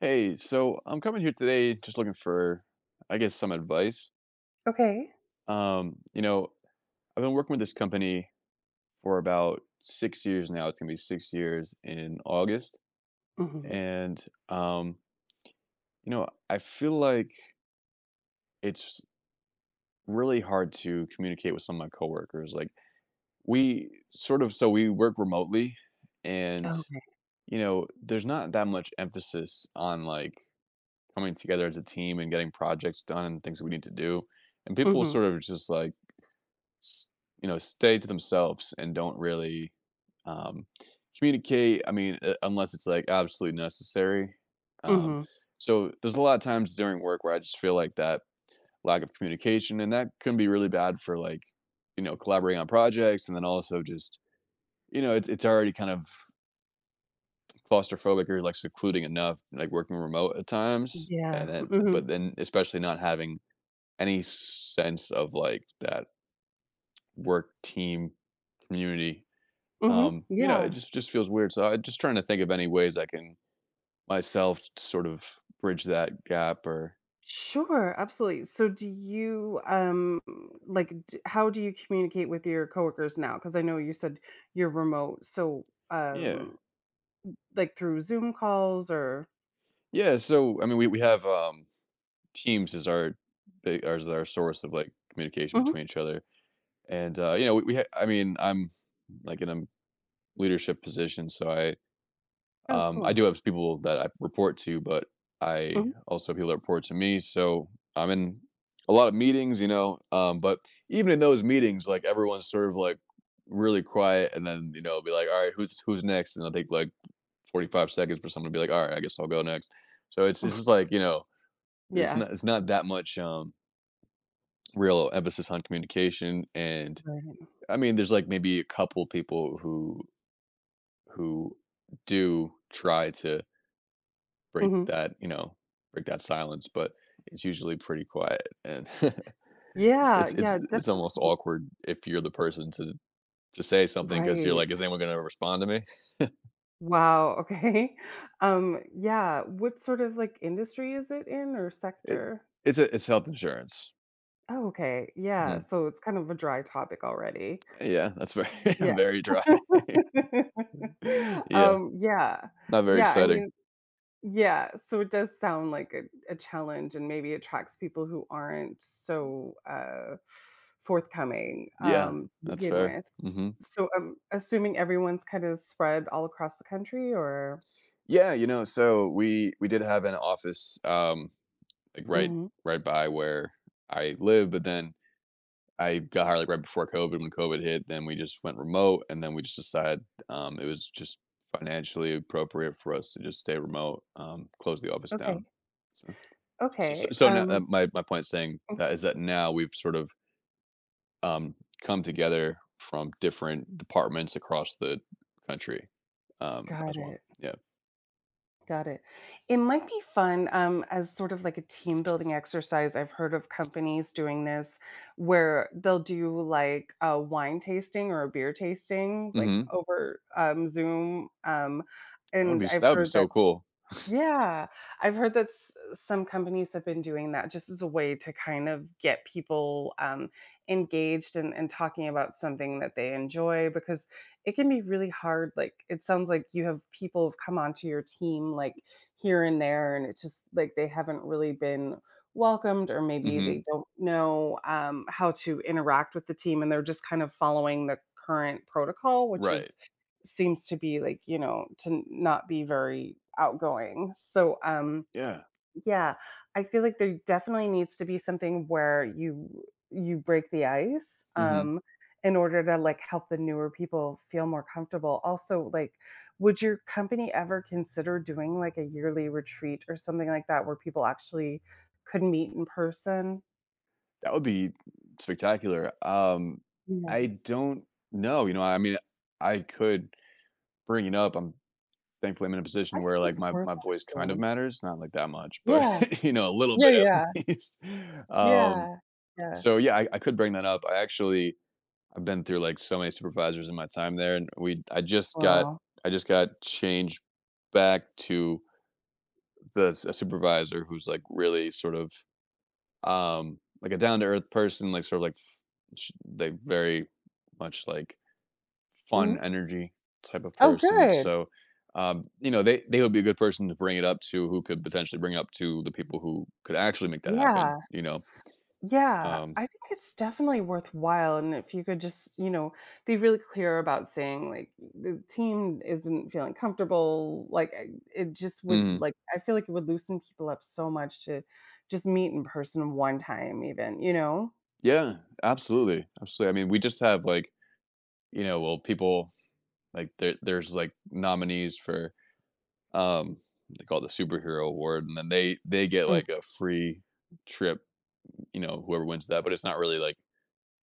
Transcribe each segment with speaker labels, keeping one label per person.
Speaker 1: Hey, so I'm coming here today just looking for, I guess, some advice.
Speaker 2: Okay.
Speaker 1: You know, I've been working with this company for about 6 years now. It's gonna be 6 years in August.
Speaker 2: Mhm.
Speaker 1: And you know, I feel like it's really hard to communicate with some of my coworkers. Like we sort of so we work remotely and
Speaker 2: Okay.
Speaker 1: you know, there's not that much emphasis on like coming together as a team and getting projects done and things that we need to do. And people
Speaker 2: Mhm.
Speaker 1: sort of just like, you know, stay to themselves and don't really um, communicate. I mean, unless it's like absolutely necessary. Um,
Speaker 2: Mhm.
Speaker 1: so there's a lot of times during work where I just feel like that lack of communication, and that can be really bad for like, you know, collaborating on projects, and then also just you know, it's already kind of claustrophobic or like secluding enough, like working remote at times, and
Speaker 2: Yeah.
Speaker 1: then
Speaker 2: Mhm.
Speaker 1: but then especially not having any sense of like that work team community.
Speaker 2: Mhm.
Speaker 1: You know, it
Speaker 2: Yeah.
Speaker 1: just just feels weird. So I'm just trying to think of any ways I can myself sort of bridge that gap or
Speaker 2: Sure, absolutely. So do you like how do you communicate with your coworkers now? Cuz I know you said you're remote. So
Speaker 1: yeah.
Speaker 2: like through Zoom calls or
Speaker 1: Yeah, so I mean we have teams as our source of like communication
Speaker 2: mhm.
Speaker 1: between each other. And you know, I mean, I'm like in a leadership position, so
Speaker 2: Oh,
Speaker 1: I
Speaker 2: cool.
Speaker 1: do have people that I report to, but I
Speaker 2: Mhm.
Speaker 1: also have people that report to me. So I'm in a lot of meetings, you know. But even in those meetings, like everyone's sort of like really quiet, and then you know, I'll be like, all right, who's next? And I'll take like 45 seconds for someone to be like, all right, I guess I'll go next. So it's just like you know, it's
Speaker 2: Yeah.
Speaker 1: not it's not that much real emphasis on communication. And
Speaker 2: Right.
Speaker 1: I mean, there's like maybe a couple people who who do try to break
Speaker 2: Mhm.
Speaker 1: that, you know, break that silence, but it's usually pretty quiet and
Speaker 2: Yeah,
Speaker 1: it's it's
Speaker 2: yeah,
Speaker 1: it's almost
Speaker 2: definitely.
Speaker 1: awkward if you're the person to say something because you're
Speaker 2: Right.
Speaker 1: like, is anyone going to respond to me?
Speaker 2: Wow, okay. Yeah, what sort of like industry is it in or
Speaker 1: It,
Speaker 2: sector?
Speaker 1: it's health insurance.
Speaker 2: Oh, okay. Yeah,
Speaker 1: Mhm.
Speaker 2: so it's kind of a dry topic already.
Speaker 1: Yeah, that's very
Speaker 2: Yeah.
Speaker 1: very dry. Yeah,
Speaker 2: Yeah.
Speaker 1: not very
Speaker 2: Yeah, I
Speaker 1: exciting.
Speaker 2: mean yeah, so it does sound like a challenge and maybe attracts people who aren't so, forthcoming,
Speaker 1: Yeah,
Speaker 2: to
Speaker 1: that's
Speaker 2: begin
Speaker 1: fair.
Speaker 2: with.
Speaker 1: Hmm
Speaker 2: So I'm assuming everyone's kinda spread all across the country or
Speaker 1: Yeah, you know, so we did have an office like
Speaker 2: mhm.
Speaker 1: right by where I live, but then I got hired like right before COVID. When COVID hit, then we just went remote, and then we just decided it was just financially appropriate for us to just stay remote, close the office
Speaker 2: Okay.
Speaker 1: down. So,
Speaker 2: Okay,
Speaker 1: so now my point saying that is that now we've sort of um, come together from different departments across the country
Speaker 2: got
Speaker 1: as well.
Speaker 2: it.
Speaker 1: Yeah,
Speaker 2: Got it. It might be fun as sort of like a team building exercise. I've heard of companies doing this where they'll do like a wine tasting or a beer tasting, like
Speaker 1: hmm
Speaker 2: over Zoom.
Speaker 1: that would
Speaker 2: And
Speaker 1: be
Speaker 2: I've heard that
Speaker 1: so cool.
Speaker 2: yeah, I've heard that s some companies have been doing that just as a way to kind of get people, engaged and talking about something that they enjoy because it can be really hard, like, it sounds like you have people who've come onto your team, like, here and there, and it's just like they haven't really been welcomed or maybe
Speaker 1: hmm
Speaker 2: they don't know, how to interact with the team, and they're just kind of following the current protocol, which
Speaker 1: Right.
Speaker 2: is seems to be like, you know, to not be very outgoing. So,
Speaker 1: Yeah.
Speaker 2: yeah, I feel like there definitely needs to be something where you break the ice
Speaker 1: hmm
Speaker 2: in order to like help the newer people feel more comfortable. Also, like would your company ever consider doing like a yearly retreat or something like that where people actually could meet in person?
Speaker 1: That would be spectacular. I
Speaker 2: Yeah.
Speaker 1: don't know. You know, I mean, I could bring it up. I'm Thankfully I'm in a
Speaker 2: I
Speaker 1: position
Speaker 2: think
Speaker 1: where like
Speaker 2: it's
Speaker 1: my
Speaker 2: worth
Speaker 1: my voice kind of
Speaker 2: asking.
Speaker 1: matters, not like that much,
Speaker 2: Yeah.
Speaker 1: but you know, a little
Speaker 2: Yeah,
Speaker 1: bit
Speaker 2: yeah.
Speaker 1: at least. Um,
Speaker 2: Yeah. Yeah.
Speaker 1: so yeah, I could bring that up. I've been through like so many supervisors in my time there, and we
Speaker 2: Well.
Speaker 1: I just got changed back to a supervisor who's like really sort of like a down to earth person like sort of like very much like fun
Speaker 2: Mm-hmm.
Speaker 1: energy type of
Speaker 2: Oh,
Speaker 1: person
Speaker 2: good.
Speaker 1: so you know they would be a good person to bring it up to who could potentially bring it up to the people who could actually make that happen,
Speaker 2: Yeah.
Speaker 1: you know.
Speaker 2: Yeah.
Speaker 1: Um
Speaker 2: I think it's definitely worthwhile. And if you could just, you know, be really clear about saying, like, the team isn't feeling comfortable, like, I- it just would,
Speaker 1: mhm.
Speaker 2: like, I feel like it would loosen people up so much to just meet in person one time, even, you know?
Speaker 1: Yeah, absolutely, absolutely. I mean we just have like you know well people like there's like nominees for um they call it the superhero award and then they get
Speaker 2: Mm,
Speaker 1: like a free trip, you know, whoever wins that, but it's not really like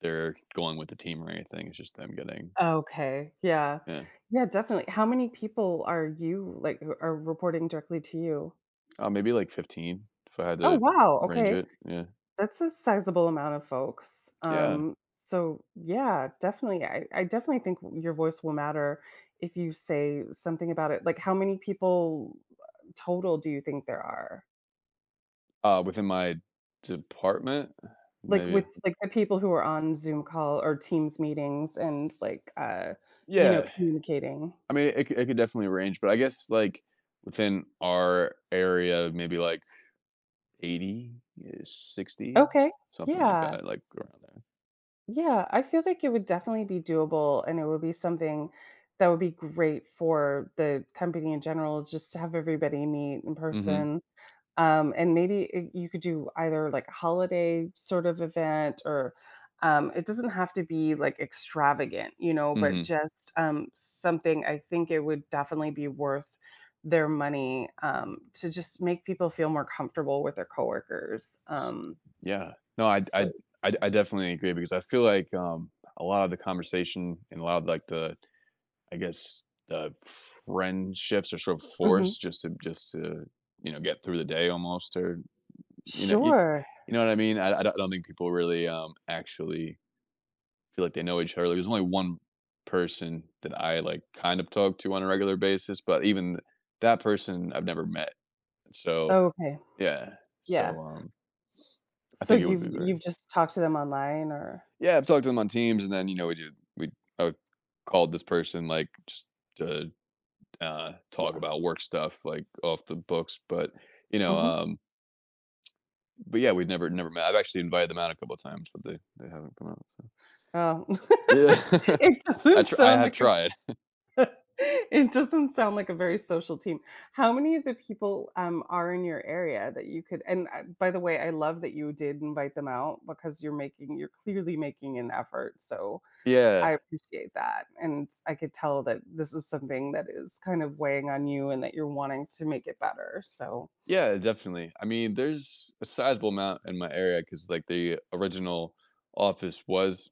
Speaker 1: they're going with the team or anything. It's just them getting
Speaker 2: okay. Yeah.
Speaker 1: yeah,
Speaker 2: Yeah, definitely. How many people are you, like, who are reporting directly to you?
Speaker 1: maybe like 15 if I had
Speaker 2: Oh,
Speaker 1: to
Speaker 2: wow.
Speaker 1: range
Speaker 2: Okay.
Speaker 1: it. Yeah,
Speaker 2: That's a sizable amount of folks.
Speaker 1: yeah.
Speaker 2: So yeah, definitely. I definitely think your voice will matter if you say something about it. Like, how many people total do you think there are?
Speaker 1: Within my department,
Speaker 2: Like with
Speaker 1: maybe.
Speaker 2: like the people who are on Zoom call or Teams meetings and like you know,
Speaker 1: Yeah,
Speaker 2: communicating.
Speaker 1: I mean, it could definitely range, but I guess like within our area, maybe like 80, eh, 60,
Speaker 2: Okay.
Speaker 1: something like
Speaker 2: Yeah.
Speaker 1: that, like around there.
Speaker 2: Yeah. I feel like it would definitely be doable and it would be something that would be great for the company in general, just to have everybody meet in
Speaker 1: Mm-hmm.
Speaker 2: person. And maybe it, you could do either like a holiday sort of event or it doesn't have to be like extravagant, you know, but
Speaker 1: Mm-hmm.
Speaker 2: just something I think it would definitely be worth their money to just make people feel more comfortable with their coworkers.
Speaker 1: Yeah. No,
Speaker 2: So,
Speaker 1: I definitely agree because I feel like a lot of the conversation and a lot of like the I guess the friendships are sort of
Speaker 2: mhm.
Speaker 1: forced just to you know get through the day almost or you know
Speaker 2: Sure.
Speaker 1: you know what I mean. I don't think people really actually feel like they know each other. Like, there's only one person that I like kind of talk to on a regular basis, but even that person I've never met. So
Speaker 2: Okay.
Speaker 1: yeah,
Speaker 2: Yeah.
Speaker 1: so I
Speaker 2: So
Speaker 1: think it would
Speaker 2: you've
Speaker 1: be very
Speaker 2: you've just talked to them online or
Speaker 1: yeah. I've talked to them on Teams, and then you know we do we I would- called this person like just to talk
Speaker 2: yeah.
Speaker 1: about work stuff like off the books but you know
Speaker 2: hmm
Speaker 1: but yeah we've never met. I've actually invited them out a couple of times but they haven't come out so
Speaker 2: Oh.
Speaker 1: yeah.
Speaker 2: it doesn't
Speaker 1: I
Speaker 2: sound
Speaker 1: have
Speaker 2: like
Speaker 1: tried.
Speaker 2: it doesn't sound like a very social team. How many of the people are in your area that you could? And by the way, I love that you did invite them out because you're making, you're clearly making an effort. So
Speaker 1: Yeah,
Speaker 2: I appreciate that. And I could tell that this is something that is kind of weighing on you and that you're wanting to make it better. So,
Speaker 1: yeah definitely. I mean there's a sizable amount in my area because like the original office was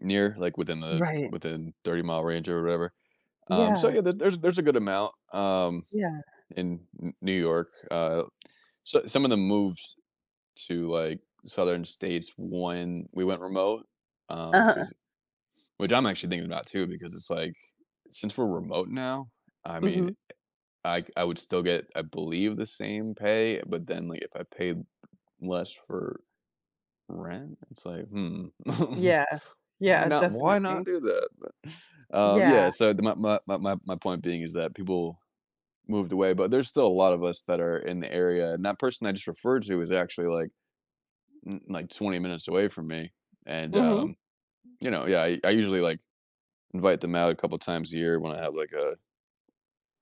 Speaker 1: near like
Speaker 2: right.
Speaker 1: within 30-mile range or whatever. So
Speaker 2: Yeah.
Speaker 1: yeah there's a good amount
Speaker 2: Yeah.
Speaker 1: in New York. So some of the moves to like southern states when we went remote
Speaker 2: Uh-huh.
Speaker 1: because which I'm actually thinking about too because it's like since we're remote now I mean
Speaker 2: hmm
Speaker 1: I would still get I believe the same pay but then like if I paid less for rent it's like hmm
Speaker 2: Yeah. Yeah.
Speaker 1: why not
Speaker 2: Definitely.
Speaker 1: do that. But, yeah
Speaker 2: Yeah.
Speaker 1: so the, my- my point being is that people moved away but there's still a lot of us that are in the area and that person I just referred to is actually like 20 minutes away from me. And
Speaker 2: hmm
Speaker 1: you know, yeah, I usually like invite them out a couple times a year when I have like a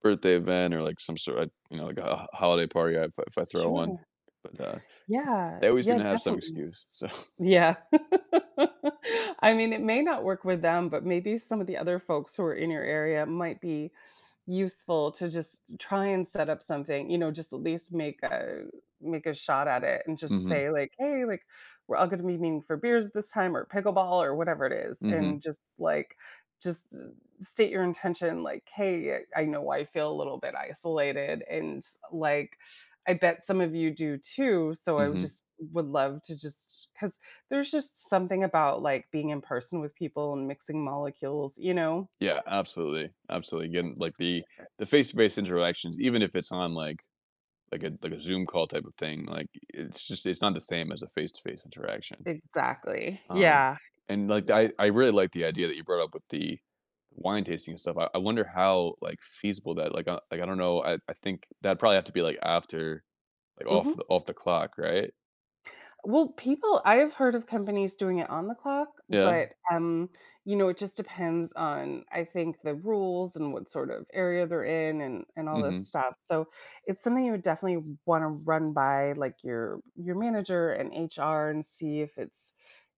Speaker 1: birthday event or like some sort of you know like a holiday party if I throw one.
Speaker 2: Sure.
Speaker 1: But
Speaker 2: Yeah.
Speaker 1: they always seem
Speaker 2: Yeah.
Speaker 1: to have some
Speaker 2: Definitely.
Speaker 1: excuse. So,
Speaker 2: Yeah. I mean, it may not work with them, but maybe some of the other folks who are in your area might be useful to just try and set up something, you know, just at least make a make a shot at it and
Speaker 1: mm
Speaker 2: just
Speaker 1: hmm
Speaker 2: say like, "Hey, like we're all going to be meeting for beers this time or pickleball or whatever it is."
Speaker 1: mm
Speaker 2: And
Speaker 1: hmm
Speaker 2: just like just state your intention like, "Hey, I know I feel a little bit isolated and like I bet some of you do too, so I
Speaker 1: mm
Speaker 2: would
Speaker 1: hmm
Speaker 2: just would love to just cuz there's just something about, like, being in person with people and mixing molecules, you know?
Speaker 1: yeah, absolutely, absolutely.
Speaker 2: It
Speaker 1: Getting like
Speaker 2: makes it different.
Speaker 1: the face to face interactions, even if it's on like a Zoom call type of thing, like it's not the same as a face to face interaction.
Speaker 2: Exactly.
Speaker 1: Um,
Speaker 2: Yeah.
Speaker 1: and like
Speaker 2: Yeah.
Speaker 1: I really like the idea that you brought up with the wine tasting and stuff. I wonder how like feasible that like I don't know. I think that'd probably have to be like after like
Speaker 2: Mhm.
Speaker 1: off the clock, right?
Speaker 2: Well, people I have heard of companies doing it on the clock,
Speaker 1: Yeah.
Speaker 2: but, you know, it just depends on, I think, the rules and what sort of area they're in and all this
Speaker 1: Mm-hmm.
Speaker 2: stuff. So, it's something you would definitely wanna run by, like, your manager and HR and see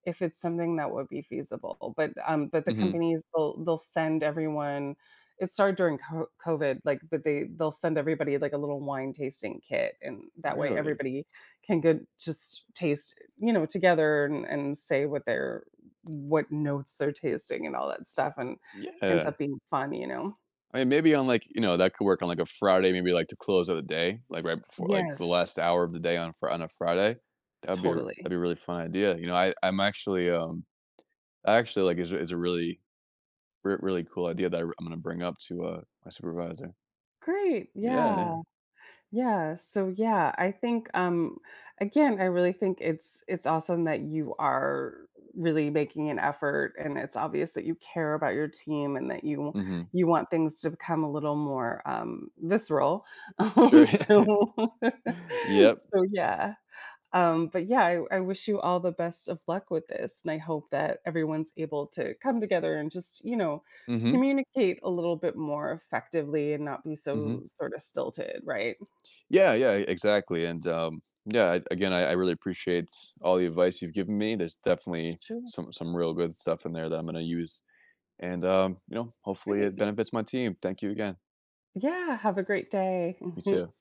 Speaker 2: if it's something that would be feasible. But the
Speaker 1: Mm-hmm.
Speaker 2: companies, they'll send everyone it started during co COVID, like, but they'll send everybody, like, a little wine tasting kit, and that way
Speaker 1: Really?
Speaker 2: everybody can good just taste, you know, together and say what they're what notes they're tasting and all that stuff and ends up
Speaker 1: Yeah.
Speaker 2: being fun, you know?
Speaker 1: I mean, maybe on like you know that could work on like a Friday, maybe like to close out the day, like right before like the last
Speaker 2: Yes,
Speaker 1: hour of the day on a Friday.
Speaker 2: totally.
Speaker 1: That'd be a really fun idea. You know, I'm actually I actually like is a really really cool idea that am going to bring up to my supervisor.
Speaker 2: Great.
Speaker 1: Yeah,
Speaker 2: Yeah.
Speaker 1: yeah.
Speaker 2: Yeah, so yeah, I think again, I really think it's awesome that you are really making an effort and it's obvious that you care about your team and that you
Speaker 1: Mm-hmm.
Speaker 2: you want things to become a little more visceral.
Speaker 1: Sure.
Speaker 2: So
Speaker 1: Yep.
Speaker 2: so yeah. But yeah, I wish you all the best of luck with this and I hope that everyone's able to come together and just, you know,
Speaker 1: Mm-hmm.
Speaker 2: communicate a little bit more effectively and not be so
Speaker 1: Mm-hmm.
Speaker 2: sort of stilted, right?
Speaker 1: Yeah, yeah, exactly. And yeah, again, I really appreciate all the advice you've given me. There's definitely
Speaker 2: Sure.
Speaker 1: some real good stuff in there that I'm going to use, and you know, hopefully it
Speaker 2: Great.
Speaker 1: benefits my team. Thank you again.
Speaker 2: Yeah. Have a great day.
Speaker 1: You
Speaker 2: Mhm.
Speaker 1: too.